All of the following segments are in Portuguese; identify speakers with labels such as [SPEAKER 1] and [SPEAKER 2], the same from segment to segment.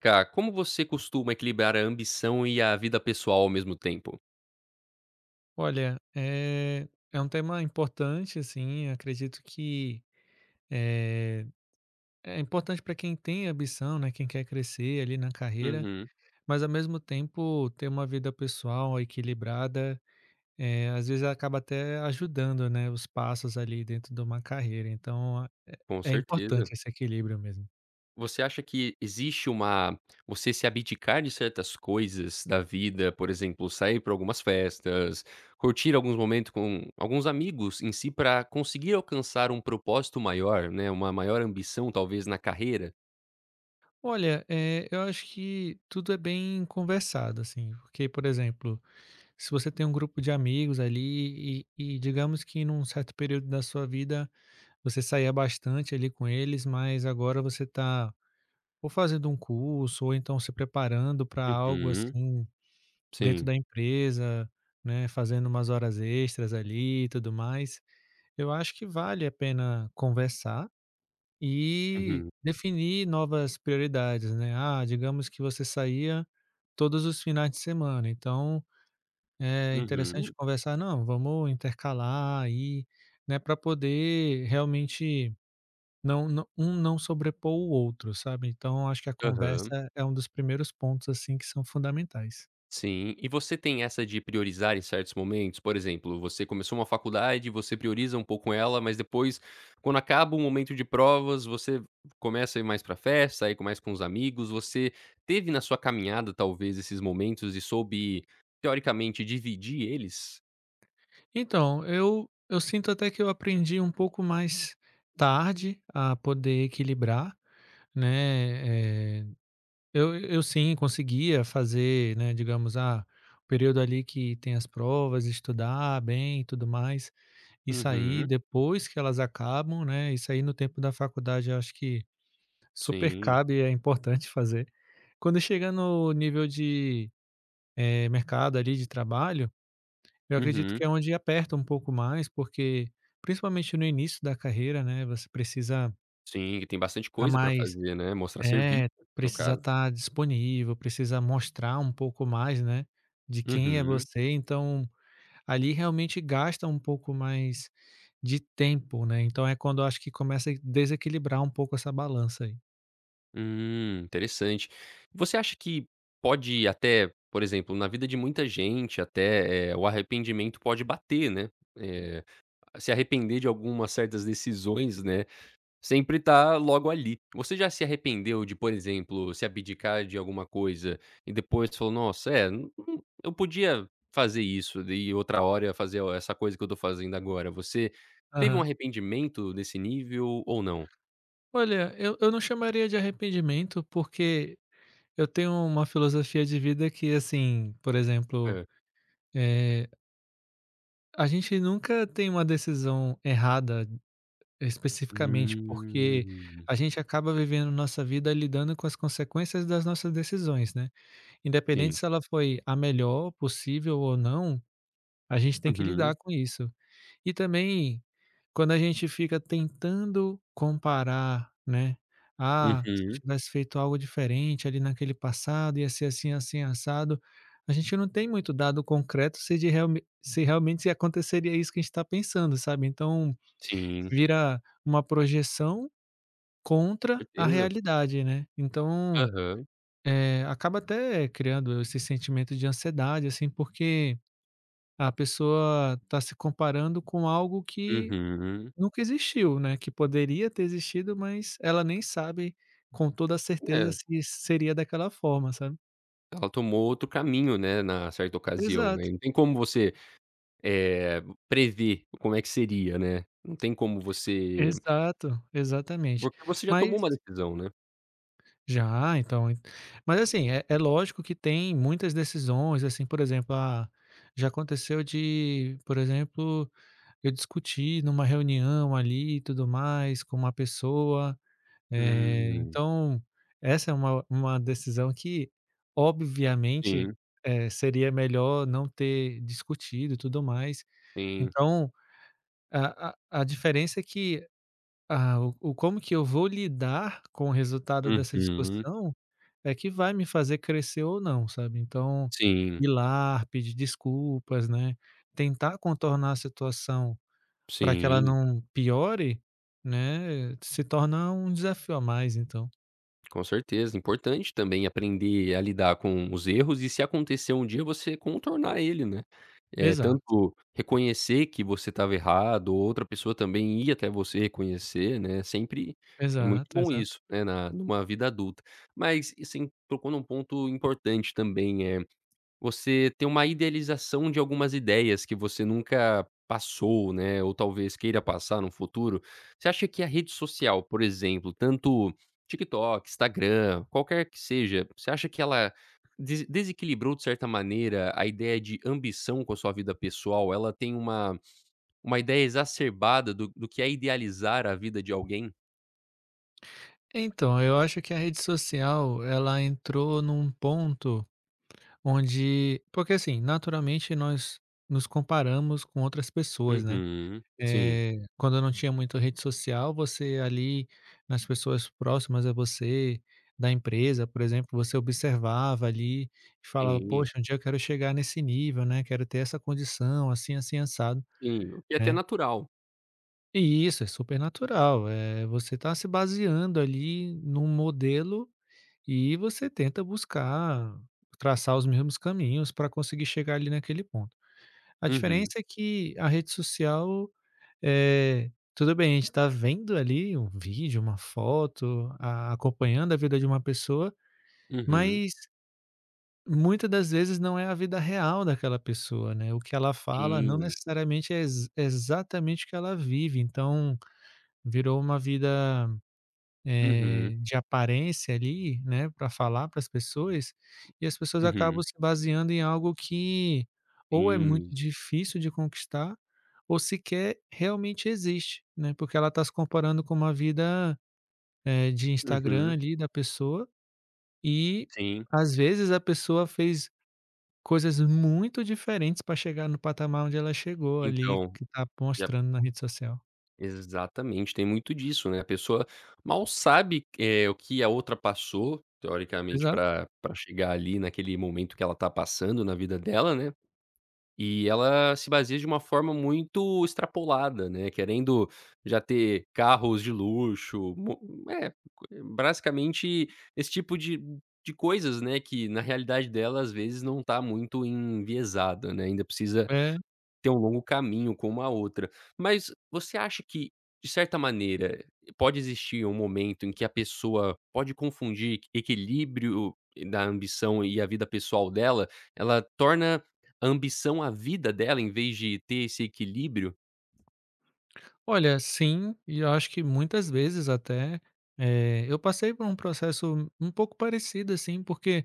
[SPEAKER 1] Cá, como você costuma equilibrar a ambição e a vida pessoal ao mesmo tempo?
[SPEAKER 2] Olha, é um tema importante, assim, acredito que é, é importante para quem tem ambição, né, quem quer crescer ali na carreira,
[SPEAKER 1] Uhum.
[SPEAKER 2] mas ao mesmo tempo ter uma vida pessoal equilibrada, às vezes acaba até ajudando, né, os passos ali dentro de uma carreira, então
[SPEAKER 1] Com
[SPEAKER 2] é
[SPEAKER 1] certeza.
[SPEAKER 2] importante esse equilíbrio mesmo.
[SPEAKER 1] Você acha que existe uma você se abdicar de certas coisas da vida, por exemplo, sair para algumas festas, curtir alguns momentos com alguns amigos em si para conseguir alcançar um propósito maior, né, uma maior ambição talvez na carreira?
[SPEAKER 2] Olha, eu acho que tudo é bem conversado, assim, porque, por exemplo, se você tem um grupo de amigos ali e digamos que num certo período da sua vida você saía bastante ali com eles, mas agora você está ou fazendo um curso ou então se preparando para algo
[SPEAKER 1] Uhum.
[SPEAKER 2] assim dentro
[SPEAKER 1] Sim.
[SPEAKER 2] da empresa, né, fazendo umas horas extras ali e tudo mais, eu acho que vale a pena conversar e
[SPEAKER 1] Uhum,
[SPEAKER 2] definir novas prioridades, né. Ah, digamos que você saía todos os finais de semana, então é interessante
[SPEAKER 1] uhum.
[SPEAKER 2] conversar, não, vamos intercalar aí, né, para poder realmente não, não um não sobrepor o outro, sabe? Então acho que a
[SPEAKER 1] Aham.
[SPEAKER 2] conversa é um dos primeiros pontos assim que são fundamentais.
[SPEAKER 1] Sim. E você tem essa de priorizar em certos momentos? Por exemplo, você começou uma faculdade, você prioriza um pouco ela, mas depois, quando acaba o momento de provas, você começa a ir mais pra festa, sair com mais com os amigos. Você teve na sua caminhada, talvez, esses momentos e soube, teoricamente, dividir eles?
[SPEAKER 2] Então, eu sinto até que eu aprendi um pouco mais tarde a poder equilibrar, né? Eu sim, conseguia fazer, né, digamos, ah, o período ali que tem as provas, estudar bem e tudo mais, e sair
[SPEAKER 1] Uhum.
[SPEAKER 2] depois que elas acabam, né, e sair no tempo da faculdade, eu acho que super
[SPEAKER 1] Sim.
[SPEAKER 2] cabe e é importante fazer. Quando chega no nível de, mercado ali de trabalho, eu acredito
[SPEAKER 1] Uhum.
[SPEAKER 2] que é onde aperta um pouco mais, porque principalmente no início da carreira, né, você precisa
[SPEAKER 1] Sim, que tem bastante
[SPEAKER 2] estar
[SPEAKER 1] coisa pra
[SPEAKER 2] mais
[SPEAKER 1] fazer, né, mostrar serviço,
[SPEAKER 2] é,
[SPEAKER 1] no
[SPEAKER 2] precisa
[SPEAKER 1] caso.
[SPEAKER 2] estar disponível, precisa mostrar um pouco mais, né, de quem é
[SPEAKER 1] Uhum.
[SPEAKER 2] você, então ali realmente gasta um pouco mais de tempo, né, então é quando eu acho que começa a desequilibrar um pouco essa balança aí.
[SPEAKER 1] Interessante. Você acha que pode até, por exemplo, na vida de muita gente, até, o arrependimento pode bater, né, eh, se arrepender de algumas certas decisões, né, sempre tá logo ali. Você já se arrependeu de, por exemplo, se abdicar de alguma coisa e depois falou: "Nossa, é, n n eu podia fazer isso e outra hora fazer essa coisa que eu tô fazendo agora". Você teve um
[SPEAKER 2] Aham.
[SPEAKER 1] arrependimento desse nível ou não?
[SPEAKER 2] Olha, eu não chamaria de arrependimento, porque eu tenho uma filosofia de vida que, assim, por exemplo,
[SPEAKER 1] Hã.
[SPEAKER 2] eh, a gente nunca tem uma decisão errada especificamente, porque
[SPEAKER 1] Hum,
[SPEAKER 2] a gente acaba vivendo nossa vida lidando com as consequências das nossas decisões, né. Independente
[SPEAKER 1] sim.
[SPEAKER 2] se ela foi a melhor possível ou não, a gente tem que
[SPEAKER 1] Uhum,
[SPEAKER 2] lidar com isso. E também, quando a gente fica tentando comparar, né, "Ah, se eu
[SPEAKER 1] uhum,
[SPEAKER 2] tivesse feito algo diferente ali naquele passado, ia ser assim, assim, assado", a gente não tem muito dado concreto se de realme se realmente aconteceria isso que a gente está pensando, sabe. Então,
[SPEAKER 1] sim,
[SPEAKER 2] vira uma projeção contra a
[SPEAKER 1] certeza.
[SPEAKER 2] realidade, né. Então,
[SPEAKER 1] Aham,
[SPEAKER 2] acaba até criando esse sentimento de ansiedade, assim, porque a pessoa está se comparando com algo que
[SPEAKER 1] uhum.
[SPEAKER 2] nunca existiu, né, que poderia ter existido, mas ela nem sabe com toda a certeza
[SPEAKER 1] É,
[SPEAKER 2] se seria daquela forma, sabe.
[SPEAKER 1] ela tomou outro caminho, né, na certa ocasião,
[SPEAKER 2] Exato,
[SPEAKER 1] né, não tem como você, eh, prever como é que seria, né, não tem como você
[SPEAKER 2] exato, exatamente.
[SPEAKER 1] porque você já
[SPEAKER 2] Mas
[SPEAKER 1] tomou uma decisão, né.
[SPEAKER 2] já, então mas assim, é lógico que tem muitas decisões, assim, por exemplo, ah, já aconteceu de, por exemplo, eu discuti numa reunião ali e tudo mais, com uma pessoa,
[SPEAKER 1] Hum,
[SPEAKER 2] então essa é uma decisão que obviamente,
[SPEAKER 1] sim,
[SPEAKER 2] seria melhor não ter discutido e tudo mais.
[SPEAKER 1] sim.
[SPEAKER 2] Então, a diferença é que a o como que eu vou lidar com o resultado dessa
[SPEAKER 1] Uhum,
[SPEAKER 2] discussão, é que vai me fazer crescer ou não, sabe. Então,
[SPEAKER 1] sim,
[SPEAKER 2] ir lá, pedir desculpas, né, tentar contornar a situação para que ela
[SPEAKER 1] sim.
[SPEAKER 2] não piore, né, se torna um desafio a mais então.
[SPEAKER 1] Com certeza, importante também aprender a lidar com os erros e se acontecer um dia você contornar ele, né. É
[SPEAKER 2] Exato,
[SPEAKER 1] tanto reconhecer que você estava errado ou outra pessoa também ir até você reconhecer, né, sempre é muito
[SPEAKER 2] exato,
[SPEAKER 1] bom
[SPEAKER 2] exato.
[SPEAKER 1] isso, né, na numa vida adulta. Mas, assim, tocou num ponto importante também, é você tem uma idealização de algumas ideias que você nunca passou, né, ou talvez queira passar no futuro. Você acha que a rede social, por exemplo, tanto TikTok, Instagram, qualquer que seja, você acha que ela desequilibrou de certa maneira a ideia de ambição com a sua vida pessoal? Ela tem uma ideia exacerbada do do que é idealizar a vida de alguém?
[SPEAKER 2] Então, eu acho que a rede social ela entrou num ponto onde porque assim, naturalmente nós nos comparamos com outras pessoas, né.
[SPEAKER 1] Uhum. Sim,
[SPEAKER 2] Eh, quando não tinha muito rede social, você ali, nas pessoas próximas a você, da empresa, por exemplo, você observava ali e falava:
[SPEAKER 1] sim,
[SPEAKER 2] "Poxa, um dia eu quero chegar nesse nível, né, quero ter essa condição, assim, assim, assado",
[SPEAKER 1] sim. O que é até
[SPEAKER 2] né.
[SPEAKER 1] natural.
[SPEAKER 2] E isso é super natural, é você está se baseando ali num modelo e você tenta buscar traçar os mesmos caminhos para conseguir chegar ali naquele ponto. A
[SPEAKER 1] Uhum,
[SPEAKER 2] diferença é que a rede social é tudo bem, a gente está vendo ali um vídeo, uma foto, a acompanhando a vida de uma pessoa,
[SPEAKER 1] uhum.
[SPEAKER 2] mas muitas das vezes não é a vida real daquela pessoa, né. O que ela fala não
[SPEAKER 1] Sim,
[SPEAKER 2] necessariamente é ex exatamente o que ela vive, então virou uma vida
[SPEAKER 1] uhum.
[SPEAKER 2] de aparência ali, né, para falar para as pessoas, e as pessoas acabam
[SPEAKER 1] Uhum.
[SPEAKER 2] se baseando em algo que ou é muito
[SPEAKER 1] Sim.
[SPEAKER 2] difícil de conquistar, ou sequer realmente existe, né, porque ela está se comparando com uma vida, de Instagram
[SPEAKER 1] Uhum.
[SPEAKER 2] ali da pessoa, e
[SPEAKER 1] Sim.
[SPEAKER 2] às vezes a pessoa fez coisas muito diferentes para chegar no patamar onde ela chegou ali,
[SPEAKER 1] Então,
[SPEAKER 2] que está
[SPEAKER 1] e a
[SPEAKER 2] mostrando na rede social.
[SPEAKER 1] exatamente, tem muito disso, né, a pessoa mal sabe, o que a outra passou, teoricamente,
[SPEAKER 2] Exato.
[SPEAKER 1] para para chegar ali naquele momento que ela tá passando na vida dela, né, e ela se baseia de uma forma muito extrapolada, né, querendo já ter carros de luxo, mo é, basicamente esse tipo de coisas, né, que na realidade dela, às vezes, não tá muito enviesada, né, ainda precisa
[SPEAKER 2] É.
[SPEAKER 1] ter um longo caminho com uma outra. Mas você acha que, de certa maneira, pode existir um momento em que a pessoa pode confundir eq equilíbrio da ambição e a vida pessoal dela? Ela torna a ambição a vida dela em vez de ter esse equilíbrio?
[SPEAKER 2] Olha, sim, e eu acho que muitas vezes até, eu passei por um processo um pouco parecido, assim, porque,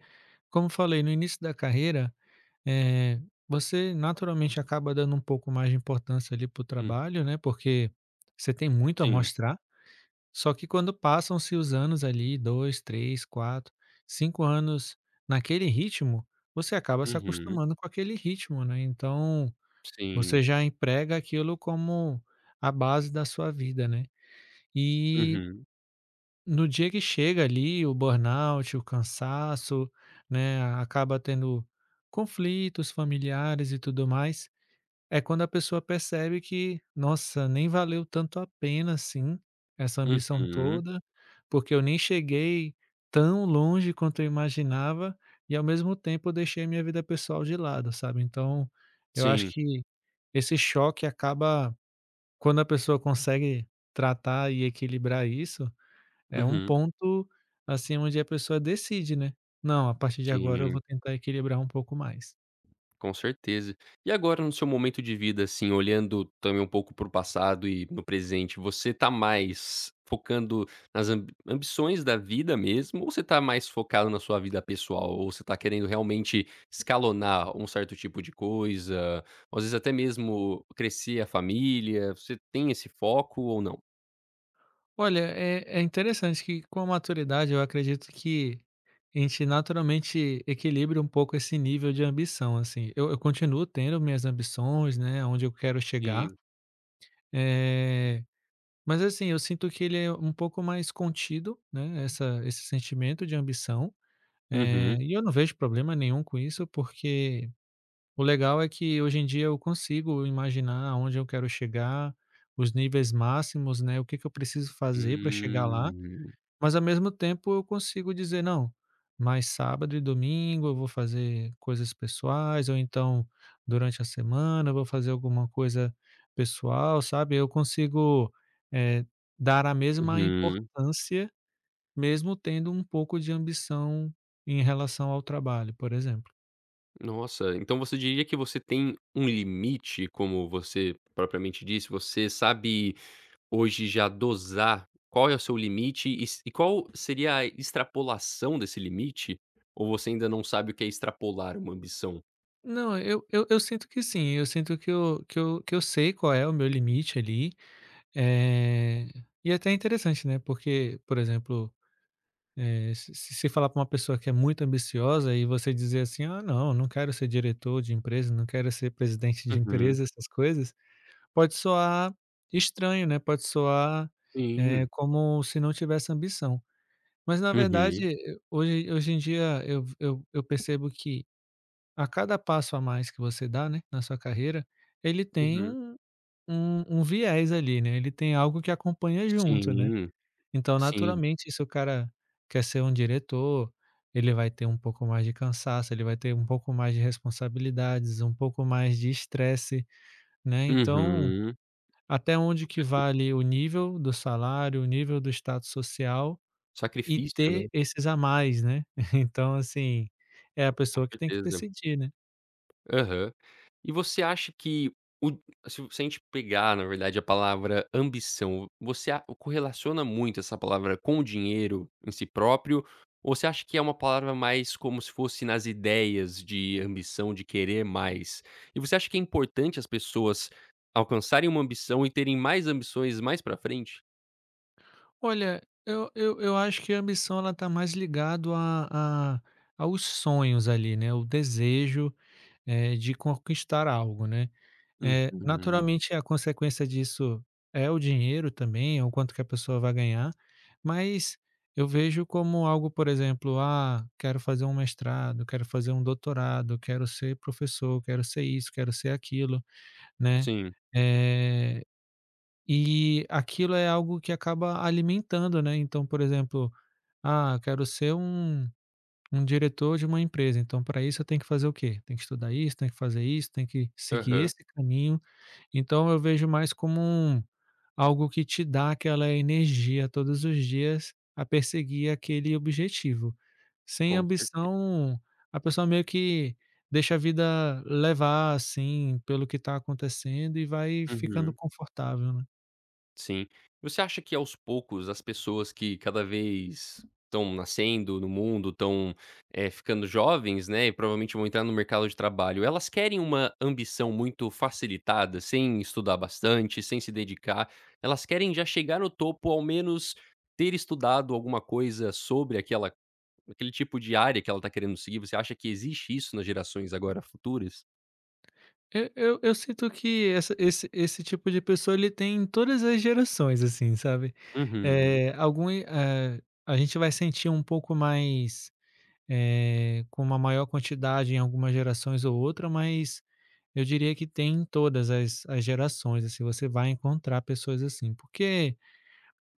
[SPEAKER 2] como falei, no início da carreira, eh, você naturalmente acaba dando um pouco mais de importância ali para o
[SPEAKER 1] Hum,
[SPEAKER 2] trabalho, né, porque você tem muito a
[SPEAKER 1] sim.
[SPEAKER 2] mostrar, só que quando passam-se os anos ali, 2, 3, 4, 5 anos naquele ritmo, você acaba se
[SPEAKER 1] Uhum.
[SPEAKER 2] acostumando com aquele ritmo, né, então você
[SPEAKER 1] Sim.
[SPEAKER 2] já emprega aquilo como a base da sua vida, né. E
[SPEAKER 1] Uhum.
[SPEAKER 2] no dia que chega ali o burnout, o cansaço, né, acaba tendo conflitos familiares e tudo mais, é quando a pessoa percebe que: "Nossa, nem valeu tanto a pena assim, essa ambição
[SPEAKER 1] Uhum.
[SPEAKER 2] toda, porque eu nem cheguei tão longe quanto eu imaginava e ao mesmo tempo eu deixei minha vida pessoal de lado", sabe. Então, eu acho
[SPEAKER 1] Sim.
[SPEAKER 2] que esse choque acaba quando a pessoa consegue tratar e equilibrar isso, é um
[SPEAKER 1] Uhum.
[SPEAKER 2] ponto, assim, onde a pessoa decide, né: "Não, a partir de agora eu
[SPEAKER 1] Sim.
[SPEAKER 2] vou tentar equilibrar um pouco mais".
[SPEAKER 1] Com certeza. E agora no seu momento de vida, assim, olhando também um pouco para o passado e no presente, você tá mais focando nas ambições da vida mesmo ou você tá mais focado na sua vida pessoal? Ou você tá querendo realmente escalonar um certo tipo de coisa, ou às vezes até mesmo crescer a família, você tem esse foco ou não?
[SPEAKER 2] Olha, é interessante que com a maturidade eu acredito que a gente naturalmente equilibra um pouco esse nível de ambição, assim. Eu continuo tendo minhas ambições, né, onde eu quero chegar,
[SPEAKER 1] Sim.
[SPEAKER 2] eh, mas assim, eu sinto que ele é um pouco mais contido, né, essa, esse sentimento de ambição,
[SPEAKER 1] Uhum.
[SPEAKER 2] e eu não vejo problema nenhum com isso, porque o legal é que hoje em dia eu consigo imaginar aonde eu quero chegar, os níveis máximos, né, o que que eu preciso fazer para chegar lá,
[SPEAKER 1] Hum.
[SPEAKER 2] mas ao mesmo tempo eu consigo dizer: "Não, mas sábado e domingo eu vou fazer coisas pessoais, ou então durante a semana eu vou fazer alguma coisa pessoal", sabe. Eu consigo, eh, dar a mesma
[SPEAKER 1] Uhum.
[SPEAKER 2] importância, mesmo tendo um pouco de ambição em relação ao trabalho, por exemplo.
[SPEAKER 1] Nossa, então você diria que você tem um limite, como você propriamente disse, você sabe hoje já dosar qual é o seu limite e qual seria a extrapolação desse limite? Ou você ainda não sabe o que é extrapolar uma ambição?
[SPEAKER 2] Não, eu sinto que sim, eu sinto que eu sei qual é o meu limite ali, eh, e até é interessante, né, porque, por exemplo, se você falar pra uma pessoa que é muito ambiciosa e você dizer assim: "Ah, não, não quero ser diretor de empresa, não quero ser presidente de
[SPEAKER 1] Uhum.
[SPEAKER 2] empresa", essas coisas, pode soar estranho, né, pode soar,
[SPEAKER 1] Sim.
[SPEAKER 2] como se não tivesse ambição. Mas na verdade,
[SPEAKER 1] Uhum,
[SPEAKER 2] hoje em dia eu percebo que a cada passo a mais que você dá, né, na sua carreira, ele tem
[SPEAKER 1] uhum.
[SPEAKER 2] um um viés ali, né, ele tem algo que acompanha junto, né.
[SPEAKER 1] Sim,
[SPEAKER 2] Então,
[SPEAKER 1] sim.
[SPEAKER 2] naturalmente, se o cara quer ser um diretor, ele vai ter um pouco mais de cansaço, ele vai ter um pouco mais de responsabilidades, um pouco mais de estresse, né. Então,
[SPEAKER 1] Uhum.
[SPEAKER 2] até onde que vale o nível do salário, o nível do status social e
[SPEAKER 1] Sacrifício, né,
[SPEAKER 2] ter esses a mais, né. Então, assim, é a
[SPEAKER 1] com
[SPEAKER 2] pessoa que tem que
[SPEAKER 1] certeza.
[SPEAKER 2] decidir, né.
[SPEAKER 1] Aham. E você acha que o se a gente pegar, na verdade, a palavra ambição, você a correlaciona muito essa palavra com o dinheiro em si próprio, ou você acha que é uma palavra mais como se fosse nas ideias de ambição, de querer mais? E você acha que é importante as pessoas alcançarem uma ambição e terem mais ambições mais pra frente?
[SPEAKER 2] Olha, eu acho que a ambição ela tá mais ligado a aos sonhos ali, né, o desejo, de conquistar algo, né. Eh,
[SPEAKER 1] Uhum.
[SPEAKER 2] naturalmente, a consequência disso é o dinheiro também, é o quanto que a pessoa vai ganhar, mas eu vejo como algo, por exemplo, ah, quero fazer um mestrado, quero fazer um doutorado, quero ser professor, quero ser isso, quero ser aquilo, né?
[SPEAKER 1] Sim.
[SPEAKER 2] Eh, e aquilo é algo que acaba alimentando, né? Então, por exemplo, ah, quero ser um, um diretor de uma empresa, então para isso eu tenho que fazer o quê? Tem que estudar isso, tem que fazer isso, tem que seguir
[SPEAKER 1] Aham.
[SPEAKER 2] esse caminho então eu vejo mais como um algo que te dá aquela energia todos os dias a perseguir aquele objetivo. Sem
[SPEAKER 1] Com cer
[SPEAKER 2] ambição, a pessoa meio que deixa a vida levar, assim, pelo que está acontecendo e vai ficando
[SPEAKER 1] uhum.
[SPEAKER 2] confortável, né.
[SPEAKER 1] Sim. Você acha que aos poucos as pessoas que cada vez estão nascendo no mundo, estão, ficando jovens, né, e provavelmente vão entrar no mercado de trabalho, elas querem uma ambição muito facilitada, sem estudar bastante, sem se dedicar, elas querem já chegar no topo, ao menos ter estudado alguma coisa sobre aquela aquele tipo de área que ela está querendo seguir, você acha que existe isso nas gerações agora futuras?
[SPEAKER 2] Eu sinto que essa esse esse tipo de pessoa ele tem em todas as gerações, assim, sabe.
[SPEAKER 1] Uhum,
[SPEAKER 2] A gente vai sentir um pouco mais com uma maior quantidade em algumas gerações ou outra, mas eu diria que tem em todas as, as gerações, assim, você vai encontrar pessoas assim, porque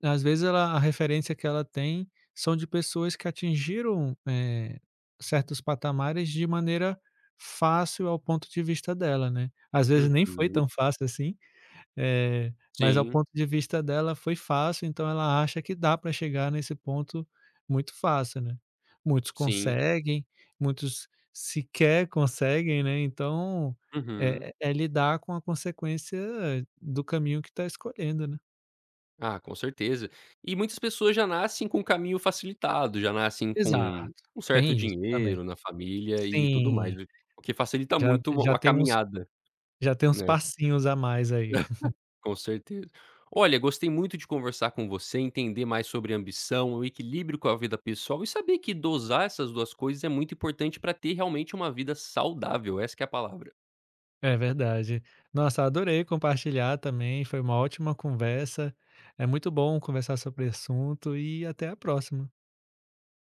[SPEAKER 2] às vezes ela, a referência que ela tem são de pessoas que atingiram certos patamares de maneira fácil ao ponto de vista dela, né? Às vezes nem foi
[SPEAKER 1] uhum.
[SPEAKER 2] tão fácil assim, mas ao
[SPEAKER 1] Sim,
[SPEAKER 2] ponto de vista dela foi fácil, então ela acha que dá para chegar nesse ponto muito fácil, né. Muitos
[SPEAKER 1] sim.
[SPEAKER 2] conseguem, muitos sequer conseguem, né, então
[SPEAKER 1] Uhum.
[SPEAKER 2] é lidar com a consequência do caminho que está escolhendo, né.
[SPEAKER 1] Ah, com certeza. E muitas pessoas já nascem com o caminho facilitado, já nascem com
[SPEAKER 2] Exato,
[SPEAKER 1] um certo
[SPEAKER 2] tem isso também.
[SPEAKER 1] dinheiro na família e tudo mais,
[SPEAKER 2] Sim,
[SPEAKER 1] o que facilita
[SPEAKER 2] já
[SPEAKER 1] muito
[SPEAKER 2] já
[SPEAKER 1] a
[SPEAKER 2] tem uns
[SPEAKER 1] caminhada,
[SPEAKER 2] já tem uns
[SPEAKER 1] né,
[SPEAKER 2] passinhos a mais aí.
[SPEAKER 1] com certeza. Olha, gostei muito de conversar com você, entender mais sobre ambição, o equilíbrio com a vida pessoal e saber que dosar essas 2 coisas é muito importante para ter realmente uma vida saudável, essa que é a palavra.
[SPEAKER 2] É verdade. Nossa, adorei compartilhar também, foi uma ótima conversa. É muito bom conversar sobre o assunto e até a próxima.